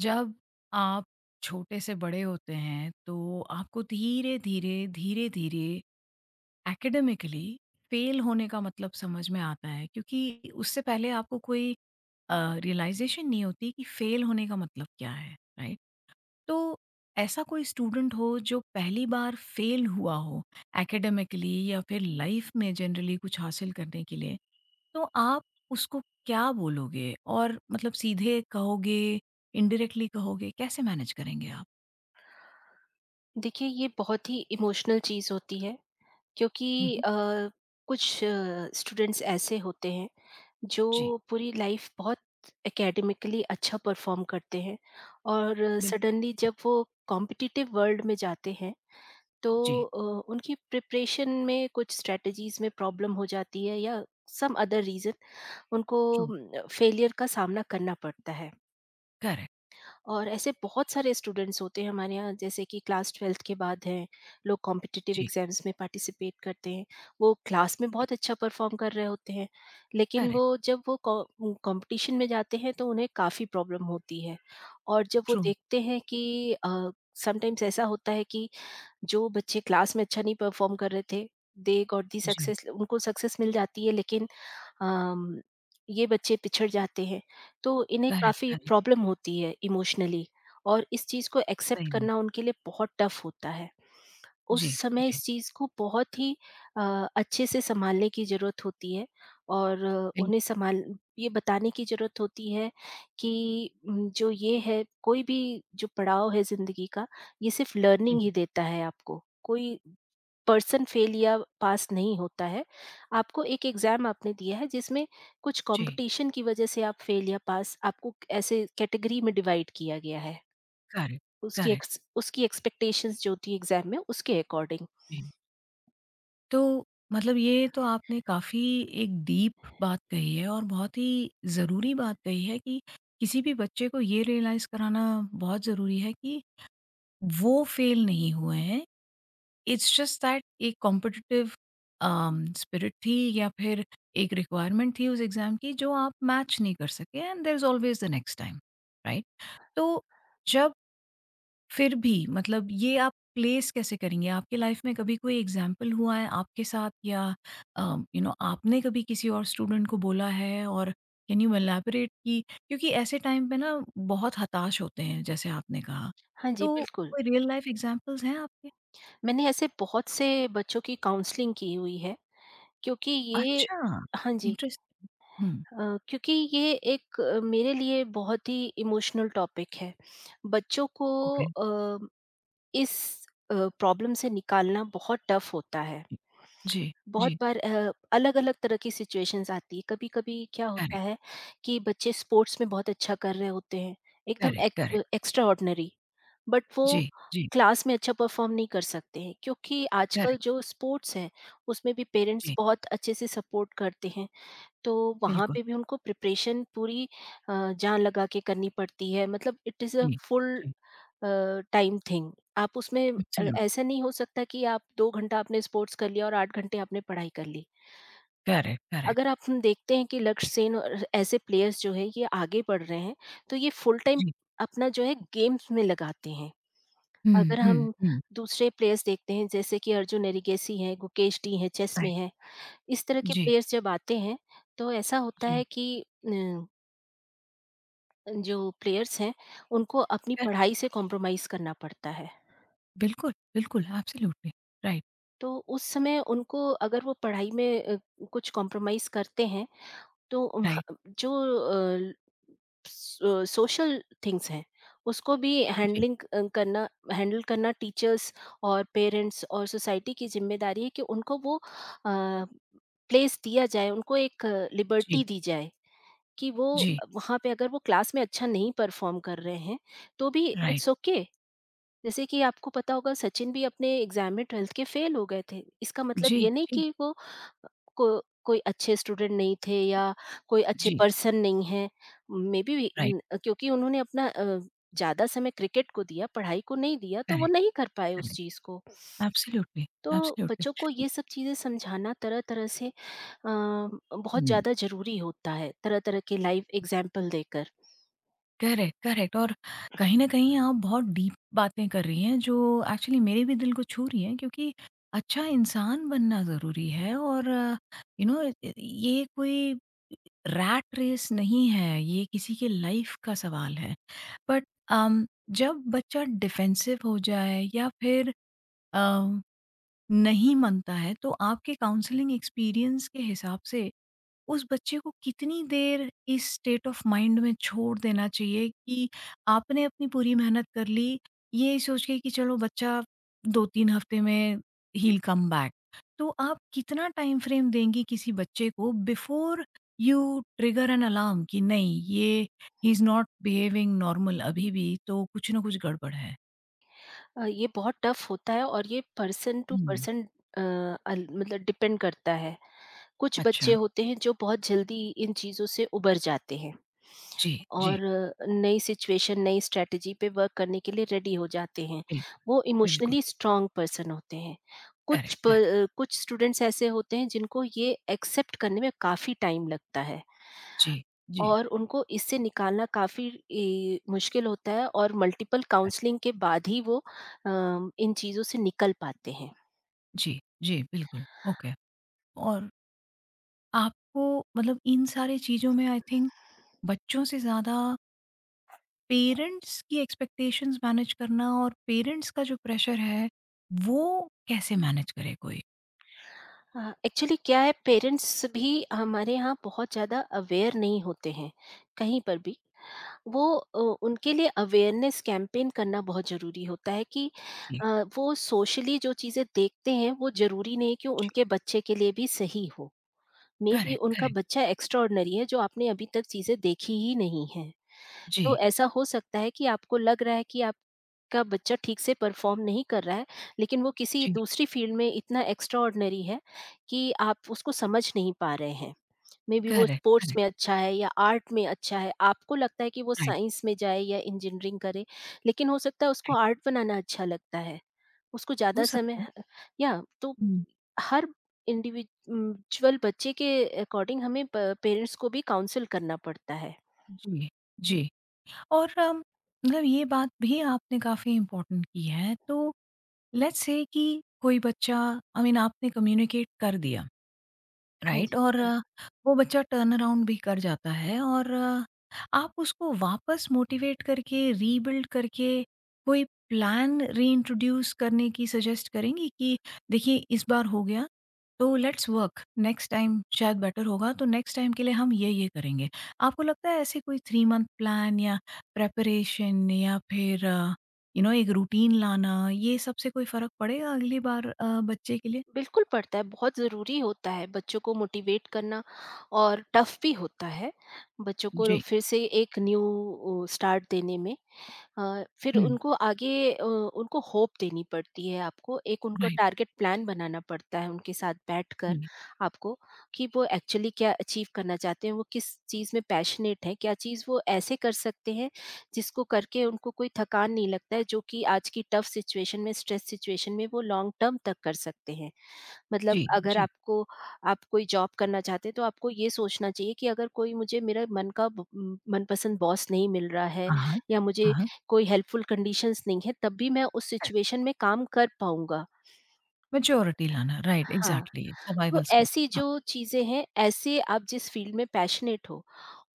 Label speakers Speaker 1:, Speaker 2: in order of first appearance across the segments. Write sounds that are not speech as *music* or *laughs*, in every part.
Speaker 1: जब आप छोटे से बड़े होते हैं तो आपको धीरे धीरे धीरे धीरे एकेडमिकली फेल होने का मतलब समझ में आता है, क्योंकि उससे पहले आपको कोई रियलाइजेशन नहीं होती कि फेल होने का मतलब क्या है। राइट। तो ऐसा कोई स्टूडेंट हो जो पहली बार फेल हुआ हो एकेडमिकली या फिर लाइफ में जनरली कुछ हासिल करने के लिए, तो आप उसको क्या बोलोगे? और मतलब सीधे कहोगे, इनडायरेक्टली कहोगे, कैसे मैनेज करेंगे आप?
Speaker 2: देखिए ये बहुत ही इमोशनल चीज़ होती है क्योंकि
Speaker 1: हुँ, हुँ।
Speaker 2: कुछ स्टूडेंट्स ऐसे होते हैं जो
Speaker 1: जी,
Speaker 2: पूरी लाइफ बहुत एकेडमिकली अच्छा परफॉर्म करते हैं और
Speaker 1: बिल
Speaker 2: सडनली जब वो कॉम्पिटिटिव वर्ल्ड में जाते हैं तो
Speaker 1: जी,
Speaker 2: अ, उनकी प्रिपरेशन में कुछ स्ट्रेटजीज में प्रॉब्लम हो जाती है या सम अदर रीज़न उनको
Speaker 1: ट्रू,
Speaker 2: फेलियर का सामना करना पड़ता है।
Speaker 1: करेक्ट,
Speaker 2: और ऐसे बहुत सारे स्टूडेंट्स होते हैं हमारे यहाँ, जैसे कि क्लास 12th के बाद हैं, लोग कॉम्पिटिटिव
Speaker 1: जी,
Speaker 2: एग्जाम्स में पार्टिसिपेट करते हैं। वो क्लास में बहुत अच्छा परफॉर्म कर रहे होते हैं, लेकिन
Speaker 1: करेक्ट,
Speaker 2: वो जब वो कंपटीशन में जाते हैं तो उन्हें काफ़ी प्रॉब्लम होती है। और जब वो
Speaker 1: ट्रू,
Speaker 2: देखते हैं कि समटाइम्स ऐसा होता है कि जो बच्चे क्लास में अच्छा नहीं परफॉर्म कर रहे थे, दे गॉट दी
Speaker 1: जी,
Speaker 2: सक्सेस, उनको सक्सेस मिल जाती है, लेकिन अम, ये बच्चे पिछड़ जाते हैं। तो इन्हें
Speaker 1: करेक्ट,
Speaker 2: काफ़ी
Speaker 1: करेक्ट,
Speaker 2: प्रॉब्लम होती है इमोशनली, और इस चीज़ को एक्सेप्ट
Speaker 1: सही बात,
Speaker 2: करना उनके लिए बहुत टफ होता है। उस
Speaker 1: जी,
Speaker 2: समय
Speaker 1: जी,
Speaker 2: इस चीज़ को बहुत ही अच्छे से सँभालने की ज़रूरत होती है, और अ,
Speaker 1: बिल
Speaker 2: उन्हें सँभाल ये बताने की ज़रूरत होती है कि जो ये है, कोई भी जो पड़ाव है ज़िंदगी का, ये सिर्फ़ लर्निंग
Speaker 1: जी,
Speaker 2: ही देता है आपको। कोई पर्सन फेल या पास नहीं होता है। आपको एक एग्ज़ाम आपने दिया है जिसमें कुछ
Speaker 1: जी,
Speaker 2: कॉम्पिटिशन की वज़ह से आप फेल या पास, आपको ऐसे कैटेगरी में डिवाइड किया गया है।
Speaker 1: करेक्ट, करेक्ट,
Speaker 2: उसकी एक्सपेक्टेशंस जो थी एग्ज़ाम में, उसके अकॉर्डिंग।
Speaker 1: जी। तो मतलब ये तो आपने काफ़ी एक डीप बात कही है और बहुत ही ज़रूरी बात कही है, कि किसी भी बच्चे को ये रियलाइज़ कराना बहुत ज़रूरी है कि वो फेल नहीं हुए हैं। इट्स जस्ट दैट एक कॉम्पिटिटिव स्पिरिट थी या फिर एक रिक्वायरमेंट थी उस एग्ज़ाम की जो आप मैच नहीं कर सके, and there is always the next time, right? तो जब फिर भी मतलब ये आप प्लेस कैसे करेंगे? आपकी लाइफ में कभी कोई एग्ज़ाम्पल हुआ है आपके साथ, या अ, यू नो आपने कभी किसी और स्टूडेंट को बोला है, और कैन यू एलैबोरेट, कि क्योंकि ऐसे टाइम पे ना बहुत हताश होते हैं जैसे आपने कहा।
Speaker 2: हाँ जी,
Speaker 1: तो
Speaker 2: बिल्कुल।
Speaker 1: कोई रियल लाइफ एग्ज़ाम्पल्स हैं आपके?
Speaker 2: मैंने ऐसे बहुत से बच्चों की काउंसलिंग की हुई है क्योंकि ये।
Speaker 1: अच्छा!
Speaker 2: हाँ जी।
Speaker 1: इंटरेस्टिंग। हुँ,
Speaker 2: क्योंकि ये एक मेरे लिए बहुत ही इमोशनल टॉपिक है। बच्चों को
Speaker 1: ओके।
Speaker 2: अ, इस अ, प्रॉब्लम से निकालना बहुत टफ होता है।
Speaker 1: जी, जी,
Speaker 2: बहुत
Speaker 1: जी,
Speaker 2: बार अलग-अलग तरह की सिचुएशंस आती है। कभी-कभी क्या होता
Speaker 1: करेक्ट,
Speaker 2: है कि बच्चे स्पोर्ट्स में बहुत अच्छा कर रहे होते हैं, एकदम
Speaker 1: करेक्ट,
Speaker 2: एक
Speaker 1: करेक्ट।
Speaker 2: एक्स्ट्राऑर्डिनरी, बट वो
Speaker 1: जी, जी,
Speaker 2: क्लास में अच्छा परफॉर्म नहीं कर सकते हैं क्योंकि आजकल
Speaker 1: करेक्ट,
Speaker 2: जो स्पोर्ट्स है, उसमें भी पेरेंट्स
Speaker 1: जी,
Speaker 2: बहुत अच्छे से सपोर्ट करते हैं। तो वहाँ
Speaker 1: बिल्कुल,
Speaker 2: पे भी उनको प्रिपरेशन पूरी जान लगा के करनी पड़ती है। मतलब इट इज़ अ
Speaker 1: जी,
Speaker 2: फुल
Speaker 1: जी,
Speaker 2: टाइम थिंग। आप उसमें
Speaker 1: एब्सोल्यूट,
Speaker 2: ऐसा नहीं हो सकता कि आप 2 घंटा आपने स्पोर्ट्स कर लिया और 8 घंटे आपने पढ़ाई कर ली।
Speaker 1: करेक्ट, करेक्ट,
Speaker 2: अगर आप हम देखते हैं कि लक्ष्य सेन और ऐसे प्लेयर्स जो हैं ये आगे बढ़ रहे हैं, तो ये फुल टाइम
Speaker 1: जी।
Speaker 2: अपना जो है गेम्स में लगाते हैं।
Speaker 1: हुँ,
Speaker 2: अगर
Speaker 1: हुँ,
Speaker 2: हम
Speaker 1: हुँ,
Speaker 2: दूसरे प्लेयर्स देखते हैं, जैसे कि अर्जुन एरिगेसी हैं, गुकेश डी हैं, चेस में
Speaker 1: राइट,
Speaker 2: हैं, इस तरह के
Speaker 1: जी,
Speaker 2: प्लेयर्स जब आते हैं तो ऐसा होता है
Speaker 1: जी,
Speaker 2: कि जो प्लेयर्स हैं, उनको अपनी
Speaker 1: करेक्ट,
Speaker 2: पढ़ाई से कॉम्प्रोमाइज़ करना पड़ता है।
Speaker 1: बिल्कुल, बिल्कुल, एब्सोल्यूटली, राइट,
Speaker 2: तो उस समय उनको, अगर वो पढ़ाई में कुछ कॉम्प्रोमाइज़ करते हैं, तो उम,
Speaker 1: राइट,
Speaker 2: ह जो अ, सो सोशल थिंग्स हैं, उसको भी
Speaker 1: जी,
Speaker 2: हैंडल करना टीचर्स और पेरेंट्स और सोसाइटी की ज़िम्मेदारी है कि उनको वो प्लेस दिया जाए, उनको एक लिबर्टी
Speaker 1: जी,
Speaker 2: दी जाए कि वो,
Speaker 1: जी,
Speaker 2: वहाँ पे अगर वो क्लास में अच्छा नहीं परफ़ॉर्म कर रहे हैं, तो भी
Speaker 1: राइट,
Speaker 2: इट्स ओके। जैसे कि आपको पता होगा, सचिन भी अपने एग्जाम में 12th के फेल हो गए थे। इसका मतलब
Speaker 1: जी,
Speaker 2: ये नहीं
Speaker 1: जी,
Speaker 2: कि वो को कोई अच्छे स्टूडेंट नहीं थे, या कोई अच्छे
Speaker 1: जी,
Speaker 2: पर्सन नहीं है। मेबी
Speaker 1: राइट,
Speaker 2: क्योंकि उन्होंने अपना ज़्यादा समय क्रिकेट को दिया, पढ़ाई को नहीं दिया, तो वो
Speaker 1: करेक्ट,
Speaker 2: नहीं कर पाए उस
Speaker 1: करेक्ट,
Speaker 2: चीज़ को।
Speaker 1: एब्सोल्यूटली,
Speaker 2: तो
Speaker 1: एब्सोल्यूटली।
Speaker 2: बच्चों को ये सब चीज़ें समझाना तरह-तरह से, अ, बहुत
Speaker 1: हुँ।
Speaker 2: ज़्यादा ज़रूरी होता है, तरह-तरह के लाइव एग्ज़ाम्पल देकर।
Speaker 1: Correct, correct. और कहीं न कहीं आप बहुत डीप बातें कर रही हैं, जो एक्चुअली मेरे भी दिल को छू रही हैं, क्योंकि अच्छा इंसान बनना ज़रूरी है, और यू नो ये कोई रैट रेस नहीं है, ये किसी के लाइफ़ का सवाल है। बट अम, जब बच्चा डिफेंसिव हो जाए या फिर अ, नहीं मानता है, तो आपके काउंसलिंग एक्सपीरियंस के हिसाब से उस बच्चे को कितनी देर इस स्टेट ऑफ माइंड में छोड़ देना चाहिए, कि आपने अपनी पूरी मेहनत कर ली, ये सोच के कि चलो बच्चा 2-3 हफ्ते में ही विल कम बैक। तो आप कितना टाइम फ्रेम देंगी किसी बच्चे को before you trigger an alarm, कि नहीं ये he is not behaving normal अभी भी, तो कुछ ना कुछ गड़बड़ है?
Speaker 2: ये बहुत टफ होता है, और ये पर्सन टू
Speaker 1: हुँ,
Speaker 2: पर्सन अ, मतलब डिपेंड करता है। कुछ बच्चे
Speaker 1: अच्छा।
Speaker 2: होते हैं जो बहुत जल्दी इन चीज़ों से उबर जाते हैं,
Speaker 1: जी, जी,
Speaker 2: और नई सिचुएशन, नई स्ट्रेटजी पे वर्क करने के लिए रेडी हो जाते हैं।
Speaker 1: बिल्कुल,
Speaker 2: वो
Speaker 1: बिल्कुल।
Speaker 2: इमोशनली स्ट्रांग पर्सन होते हैं।
Speaker 1: Correct, correct.
Speaker 2: कुछ स्टूडेंट्स ऐसे होते हैं जिनको ये एक्सेप्ट करने में काफ़ी टाइम लगता है,
Speaker 1: जी, जी,
Speaker 2: और उनको इससे निकालना काफ़ी मुश्किल होता है, और मल्टीपल
Speaker 1: करेक्ट।
Speaker 2: काउंसलिंग के बाद ही वो इन चीज़ों से निकल पाते हैं।
Speaker 1: जी, जी, बिल्कुल। ओके। और आपको मतलब इन सारी चीज़ों में आई थिंक बच्चों से ज़्यादा पेरेंट्स की एक्सपेक्टेशंस मैनेज करना, और पेरेंट्स का जो प्रेशर है, वो कैसे मैनेज करे कोई?
Speaker 2: एक्चुअली क्या है, पेरेंट्स भी हमारे यहाँ बहुत ज़्यादा अवेयर नहीं होते हैं, कहीं पर भी। वो उनके लिए अवेयरनेस कैंपेन करना बहुत ज़रूरी होता है, कि
Speaker 1: जी,
Speaker 2: अ, वो सोशली जो चीज़ें देखते हैं, वो ज़रूरी नहीं कि
Speaker 1: जी।
Speaker 2: उनके बच्चे के लिए भी सही हो। मे बी
Speaker 1: करेक्ट,
Speaker 2: उनका
Speaker 1: करेक्ट।
Speaker 2: बच्चा एक्स्ट्रा है, जो आपने अभी तक चीज़ें देखी ही नहीं है। तो
Speaker 1: जी,
Speaker 2: ऐसा हो सकता है कि आपको लग रहा है कि आपका बच्चा ठीक से परफॉर्म नहीं कर रहा है, लेकिन वो किसी
Speaker 1: जी।
Speaker 2: दूसरी फील्ड में इतना एक्स्ट्राऑर्डिनरी है कि आप उसको समझ नहीं पा रहे हैं। मेबी वो
Speaker 1: करेक्ट,
Speaker 2: स्पोर्ट्स
Speaker 1: करेक्ट।
Speaker 2: में अच्छा है या आर्ट में अच्छा है, आपको लगता है कि वो
Speaker 1: राइट,
Speaker 2: साइंस में जाए या इंजीनियरिंग करे, लेकिन हो सकता है उसको
Speaker 1: राइट।
Speaker 2: आर्ट बनाना अच्छा लगता है। उसको
Speaker 1: हो
Speaker 2: ज़्यादा
Speaker 1: सकता
Speaker 2: समय,
Speaker 1: है।
Speaker 2: या तो
Speaker 1: हुँ।
Speaker 2: हर इंडिविजुअल बच्चे के अकॉर्डिंग, हमें प पेरेंट्स को भी काउंसल करना पड़ता है।
Speaker 1: जी, जी। और मतलब ये बात भी आपने काफ़ी इम्पोर्टेंट की है। तो लेट्स से कि कोई बच्चा आई I मीन आपने कम्युनिकेट कर दिया।
Speaker 2: हाँ
Speaker 1: राइट।
Speaker 2: जी।
Speaker 1: और वो बच्चा टर्न अराउंड भी कर जाता है, और आप उसको वापस मोटिवेट करके, रीबिल्ड करके कोई प्लान रीइंट्रोड्यूस करने की सजेस्ट करेंगी, कि देखिए इस बार हो गया, तो लेट्स वर्क नेक्स्ट टाइम शायद बेटर होगा, तो नेक्स्ट टाइम के लिए हम ये करेंगे। आपको लगता है ऐसे कोई थ्री मंथ प्लान, या प्रेपरेशन, या फिर यू नो एक रूटीन लाना, ये सबसे कोई फर्क पड़ेगा अगली बार बच्चे के लिए?
Speaker 2: बिल्कुल पड़ता है, बहुत ज़रूरी होता है बच्चों को मोटिवेट करना, और टफ भी होता है बच्चों को
Speaker 1: जी।
Speaker 2: फिर से एक न्यू स्टार्ट देने में। फिर
Speaker 1: *clears throat* हम्म,
Speaker 2: उनको आगे उनको होप देनी पड़ती है आपको, एक उनका
Speaker 1: राइट।
Speaker 2: टारगेट प्लान बनाना पड़ता है उनके साथ बैठकर आपको, कि वो एक्चुअली क्या अचीव करना चाहते हैं, वो किस चीज़ में पैशनेट हैं, क्या चीज़ वो ऐसे कर सकते हैं जिसको करके उनको कोई थकान नहीं लगता है, जो कि आज की टफ सिचुएशन में, स्ट्रेस सिचुएशन में वो लॉन्ग टर्म तक कर सकते हैं। मतलब
Speaker 1: जी,
Speaker 2: अगर
Speaker 1: जी।
Speaker 2: आपको आप कोई जॉब करना चाहते हैं तो आपको ये सोचना चाहिए कि अगर कोई, मुझे मेरा मन का मनपसंद बॉस नहीं मिल रहा है,
Speaker 1: हाँ, हाँ।
Speaker 2: या मुझे
Speaker 1: हाँ, हाँ।
Speaker 2: कोई हेल्पफुल कंडीशंस नहीं है, तब भी मैं उस
Speaker 1: करेक्ट,
Speaker 2: सिचुएशन में काम कर पाऊंगा।
Speaker 1: मैच्योरिटी लाना, राइट,
Speaker 2: हाँ।
Speaker 1: एग्ज़ैक्टली,
Speaker 2: तो
Speaker 1: सर्वाइवल स्किल।
Speaker 2: ऐसी
Speaker 1: हाँ,
Speaker 2: जो चीजें हैं, ऐसे आप जिस फील्ड में पैशनेट हो,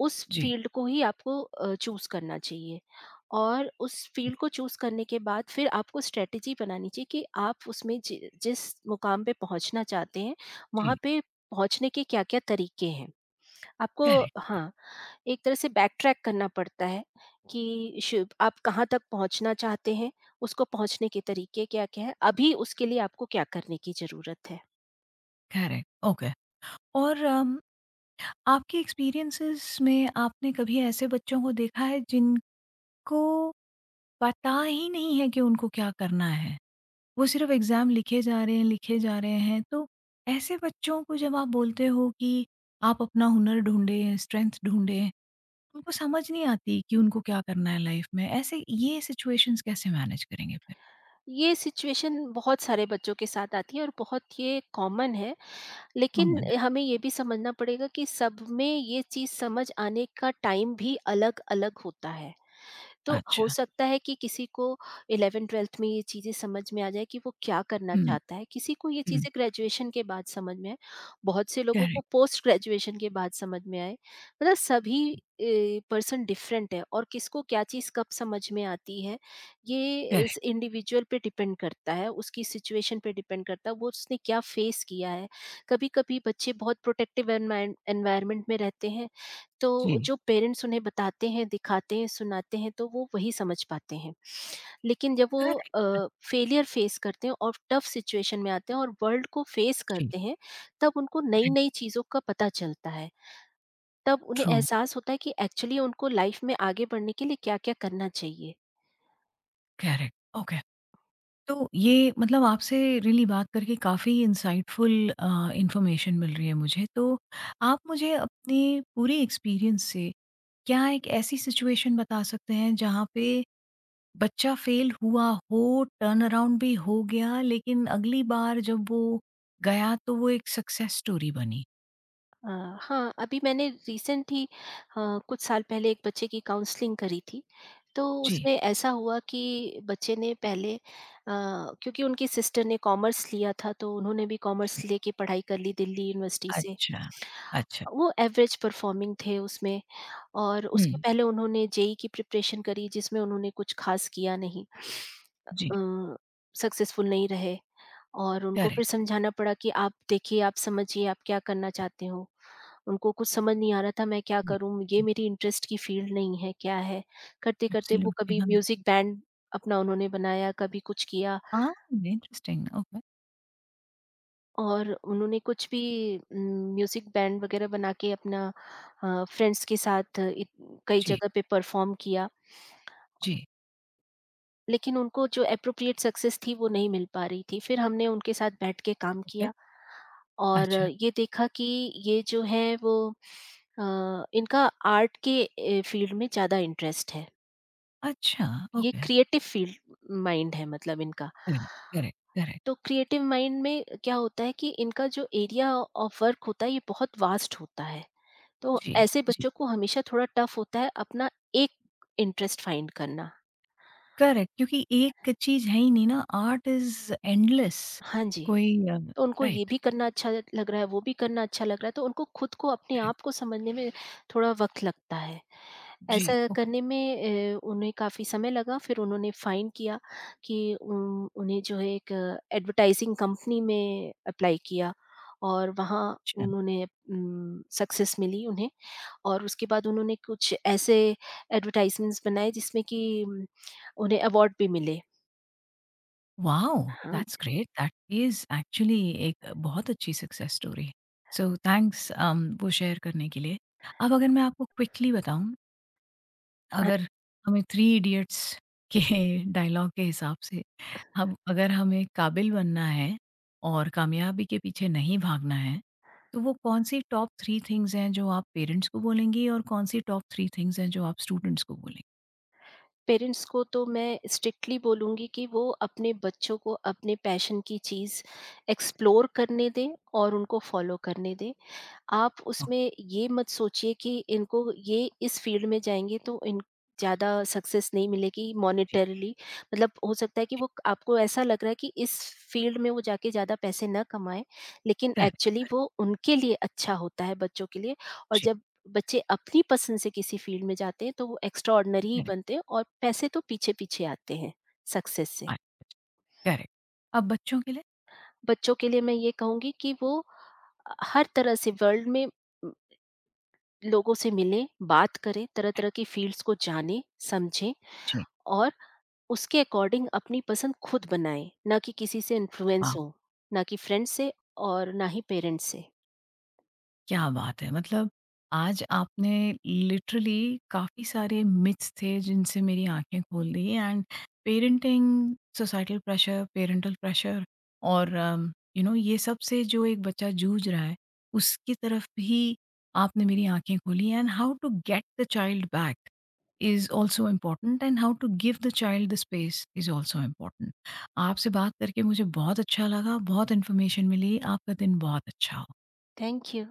Speaker 2: उस
Speaker 1: जी,
Speaker 2: फ़ील्ड को ही आपको चूज़ करना चाहिए, और उस फ़ील्ड को चूज़ करने के बाद फिर आपको स्ट्रैटेजी बनानी चाहिए कि आप उसमें जि जिस मुकाम पे पहुँचना चाहते हैं, वहाँ
Speaker 1: जी,
Speaker 2: पे पहुँचने के क्या-क्या तरीके हैं। आपको,
Speaker 1: करेक्ट,
Speaker 2: हाँ, एक तरह से बैक ट्रैक करना पड़ता है कि शुभ आप कहाँ तक पहुँचना चाहते हैं, उसको पहुँचने के तरीके क्या-क्या हैं, अभी उसके लिए आपको क्या करने की ज़रूरत है।
Speaker 1: Correct, okay. और आपके एक्सपीरियंसेस में आपने कभी ऐसे बच्चों को देखा है जिनको पता ही नहीं है कि उनको क्या करना है? वो सिर्फ़ एग्ज़ाम लिखे जा रहे हैं, लिखे जा रहे हैं, तो ऐसे बच्चों को जब आप बोलते हो कि आप अपना हुनर ढूँढें, स्ट्रेंथ ढूँढें, उनको समझ नहीं आती कि उनको क्या करना है लाइफ में। ऐसे ये सिचुएशंस कैसे मैनेज करेंगे फिर?
Speaker 2: ये सिचुएशन बहुत सारे बच्चों के साथ आती है और बहुत ये कॉमन है, लेकिन
Speaker 1: कॉमन है।
Speaker 2: हमें ये भी समझना पड़ेगा कि सब में ये चीज़ समझ आने का टाइम भी अलग-अलग होता है। तो हो
Speaker 1: अच्छा।
Speaker 2: सकता है कि किसी को 11-12th में ये चीज़ें समझ में आ जाए कि वो क्या करना
Speaker 1: हुँ,
Speaker 2: चाहता है, किसी को ये
Speaker 1: हुँ।
Speaker 2: चीज़ें ग्रेजुएशन के बाद समझ में आए, बहुत से लोगों को
Speaker 1: करेक्ट,
Speaker 2: पोस्ट ग्रेजुएशन के बाद समझ में आए। मतलब सभी पर्सन डिफरेंट है, और किसको क्या चीज़ कब समझ में आती है, ये इस
Speaker 1: करेक्ट।
Speaker 2: इंडिविजुअल पे डिपेंड करता है, उसकी सिचुएशन पे डिपेंड करता है, वो उसने क्या फेस किया है। कभी-कभी बच्चे बहुत प्रोटेक्टिव एनवायरनमेंट में रहते हैं, तो
Speaker 1: जी।
Speaker 2: जो पेरेंट्स उन्हें बताते हैं, दिखाते हैं, सुनाते हैं, तो वो वही समझ पाते हैं। लेकिन जब वो
Speaker 1: करेक्ट,
Speaker 2: फेलियर फेस करते हैं, और टफ सिचुएशन में आते हैं, और वर्ल्ड को फेस
Speaker 1: जी।
Speaker 2: करते हैं, तब उनको
Speaker 1: राइट,
Speaker 2: नई-नई चीज़ों का पता चलता है। तब उन्हें
Speaker 1: ट्रू,
Speaker 2: एहसास होता है कि एक्चुअली उनको लाइफ में आगे बढ़ने के लिए क्या-क्या करना चाहिए।
Speaker 1: करेक्ट। ओके। तो ये मतलब आपसे रियली बात करके काफ़ी इनसाइटफुल इन्फॉर्मेशन मिल रही है मुझे। तो आप मुझे अपने पूरे एक्सपीरियंस से क्या एक ऐसी सिचुएशन बता सकते हैं जहाँ पे बच्चा फेल हुआ हो, टर्न अराउंड भी हो गया, लेकिन अगली बार जब वो गया तो वो एक सक्सेस स्टोरी बनी?
Speaker 2: अ, हाँ, अभी मैंने रिसेंट ही, कुछ साल पहले एक बच्चे की काउंसलिंग करी थी। तो
Speaker 1: जी,
Speaker 2: उसमें ऐसा हुआ कि बच्चे ने पहले, क्योंकि उनकी सिस्टर ने कॉमर्स लिया था, तो उन्होंने भी कॉमर्स
Speaker 1: जी।
Speaker 2: लेके पढ़ाई कर ली दिल्ली यूनिवर्सिटी से।
Speaker 1: अच्छा, अच्छा।
Speaker 2: वो एवरेज परफॉर्मिंग थे उसमें, और उसके
Speaker 1: हुँ,
Speaker 2: पहले उन्होंने जेई की प्रिपरेशन करी, जिसमें उन्होंने कुछ खास किया नहीं,
Speaker 1: जी,
Speaker 2: सक्सेसफुल नहीं रहे, और उनको फिर
Speaker 1: करेक्ट।
Speaker 2: समझाना पड़ा कि आप देखिए, आप समझिए, आप क्या करना चाहते हो। उनको कुछ समझ नहीं आ रहा था, मैं क्या
Speaker 1: जी,
Speaker 2: करूं, ये
Speaker 1: जी,
Speaker 2: मेरी इंटरेस्ट की फील्ड नहीं है, क्या है। करते करते वो
Speaker 1: एब्सोल्युटली
Speaker 2: कभी
Speaker 1: हाँ।
Speaker 2: म्यूजिक बैंड अपना उन्होंने बनाया, कभी कुछ किया।
Speaker 1: हाँ, इंटरेस्टिंग ओके।
Speaker 2: और उन्होंने कुछ भी, म्यूज़िक बैंड वगैरह बना के अपना फ्रेंड्स के साथ इत कई
Speaker 1: जी,
Speaker 2: जगह पे परफ़ॉर्म किया।
Speaker 1: जी,
Speaker 2: लेकिन उनको जो एप्रोप्रिएट सक्सेस थी, वो नहीं मिल पा रही थी। फिर हमने उनके साथ बैठ के काम
Speaker 1: ओके।
Speaker 2: किया, और
Speaker 1: अच्छा,
Speaker 2: ये देखा कि ये जो है वो, अ, इनका आर्ट के फ़ील्ड में ज़्यादा इंटरेस्ट है।
Speaker 1: अच्छा
Speaker 2: ये
Speaker 1: ओके।
Speaker 2: क्रिएटिव फ़ील्ड माइंड है मतलब इनका।
Speaker 1: Correct, correct, correct.
Speaker 2: तो क्रिएटिव माइंड में क्या होता है कि इनका जो एरिया ऑफ वर्क होता है, ये बहुत वास्ट होता है। तो
Speaker 1: जी,
Speaker 2: ऐसे
Speaker 1: जी,
Speaker 2: बच्चों को हमेशा थोड़ा टफ होता है अपना एक इंटरेस्ट फाइंड करना।
Speaker 1: करेक्ट, क्योंकि एक चीज़ है ही नहीं ना, आर्ट इज़ एंडलेस।
Speaker 2: हाँ जी,
Speaker 1: कोई
Speaker 2: तो उनको ये
Speaker 1: राइट,
Speaker 2: भी करना अच्छा लग रहा है, वो भी करना अच्छा लग रहा है, तो उनको खुद को, अपने
Speaker 1: करेक्ट।
Speaker 2: आप को समझने में थोड़ा वक़्त लगता है।
Speaker 1: जी,
Speaker 2: ऐसा
Speaker 1: ओके,
Speaker 2: करने में उन्हें काफ़ी समय लगा, फिर उन्होंने फाइंड किया कि उन्हें जो है, एक एडवर्टाइज़िंग कंपनी में अप्लाई किया, और वहाँ
Speaker 1: अच्छा।
Speaker 2: उन्होंने, सक्सेस मिली उन्हें, और उसके बाद उन्होंने कुछ ऐसे एडवर्टाइज़मेंट्स बनाए जिसमें कि उम, उन्हें अवार्ड भी मिले।
Speaker 1: Wow!
Speaker 2: हाँ,
Speaker 1: That's great. That is actually एक बहुत अच्छी सक्सेस स्टोरी। सो थैंक्स वो शेयर करने के लिए। अब अगर मैं आपको क्विकली बताऊँ,
Speaker 2: हाँ,
Speaker 1: अगर हमें थ्री इडियट्स के *laughs* डायलॉग के हिसाब से, हम अगर हमें काबिल बनना है और कामयाबी के पीछे नहीं भागना है, तो वो कौन-सी टॉप 3 थिंग्स हैं जो आप पेरेंट्स को बोलेंगी, और कौन-सी टॉप 3 थिंग्स हैं जो आप स्टूडेंट्स को बोलेंगी?
Speaker 2: पेरेंट्स को तो मैं स्ट्रिक्टली बोलूँगी कि वो अपने बच्चों को अपने पैशन की चीज़ एक्सप्लोर करने दें, और उनको फॉलो करने दें। आप उसमें ये मत सोचिए कि इनको ये, इस फील्ड में जाएँगे तो इन ज़्यादा सक्सेस नहीं मिलेगी
Speaker 1: ओके, जी,
Speaker 2: मॉनेटरीली। मतलब हो सकता है कि
Speaker 1: जी,
Speaker 2: वो, आपको ऐसा लग रहा है कि इस फील्ड में वो जाके ज़्यादा पैसे ना कमाएँ, लेकिन
Speaker 1: करेक्ट,
Speaker 2: एक्चुअली वो उनके लिए अच्छा होता है, बच्चों के लिए। और
Speaker 1: जी,
Speaker 2: जब बच्चे अपनी पसंद से किसी फील्ड में जाते हैं, तो वो एक्स्ट्राऑर्डिनरी ही
Speaker 1: करेक्ट,
Speaker 2: बनते हैं, और पैसे तो पीछे-पीछे आते हैं सक्सेस से।
Speaker 1: करेक्ट। अब बच्चों के लिए?
Speaker 2: बच्चों के लिए मैं ये कहूँगी कि वो हर तरह से वर्ल्ड में लोगों से मिलें, बात करें, तरह-तरह की फ़ील्ड्स को जानें, समझें,
Speaker 1: जी,
Speaker 2: और उसके अकॉर्डिंग अपनी पसंद खुद बनाएँ, ना कि किसी से इन्फ्लुएंस
Speaker 1: वाह!
Speaker 2: हों, ना कि फ्रेंड से, और ना ही पेरेंट्स से।
Speaker 1: क्या बात है! मतलब आज आपने लिटरली काफ़ी सारे मिथ्स थे जिनसे मेरी आँखें खोल दी, and parenting, societal pressure, parental pressure और यू नो ये सब से जो एक बच्चा जूझ रहा है, उसकी तरफ भी आपने मेरी आँखें खोली। And how to get the child back is also important, and how to give the child the space is also important. आपसे बात करके मुझे बहुत अच्छा लगा, बहुत इन्फॉर्मेशन मिली। आपका दिन बहुत अच्छा हो।
Speaker 2: Thank you.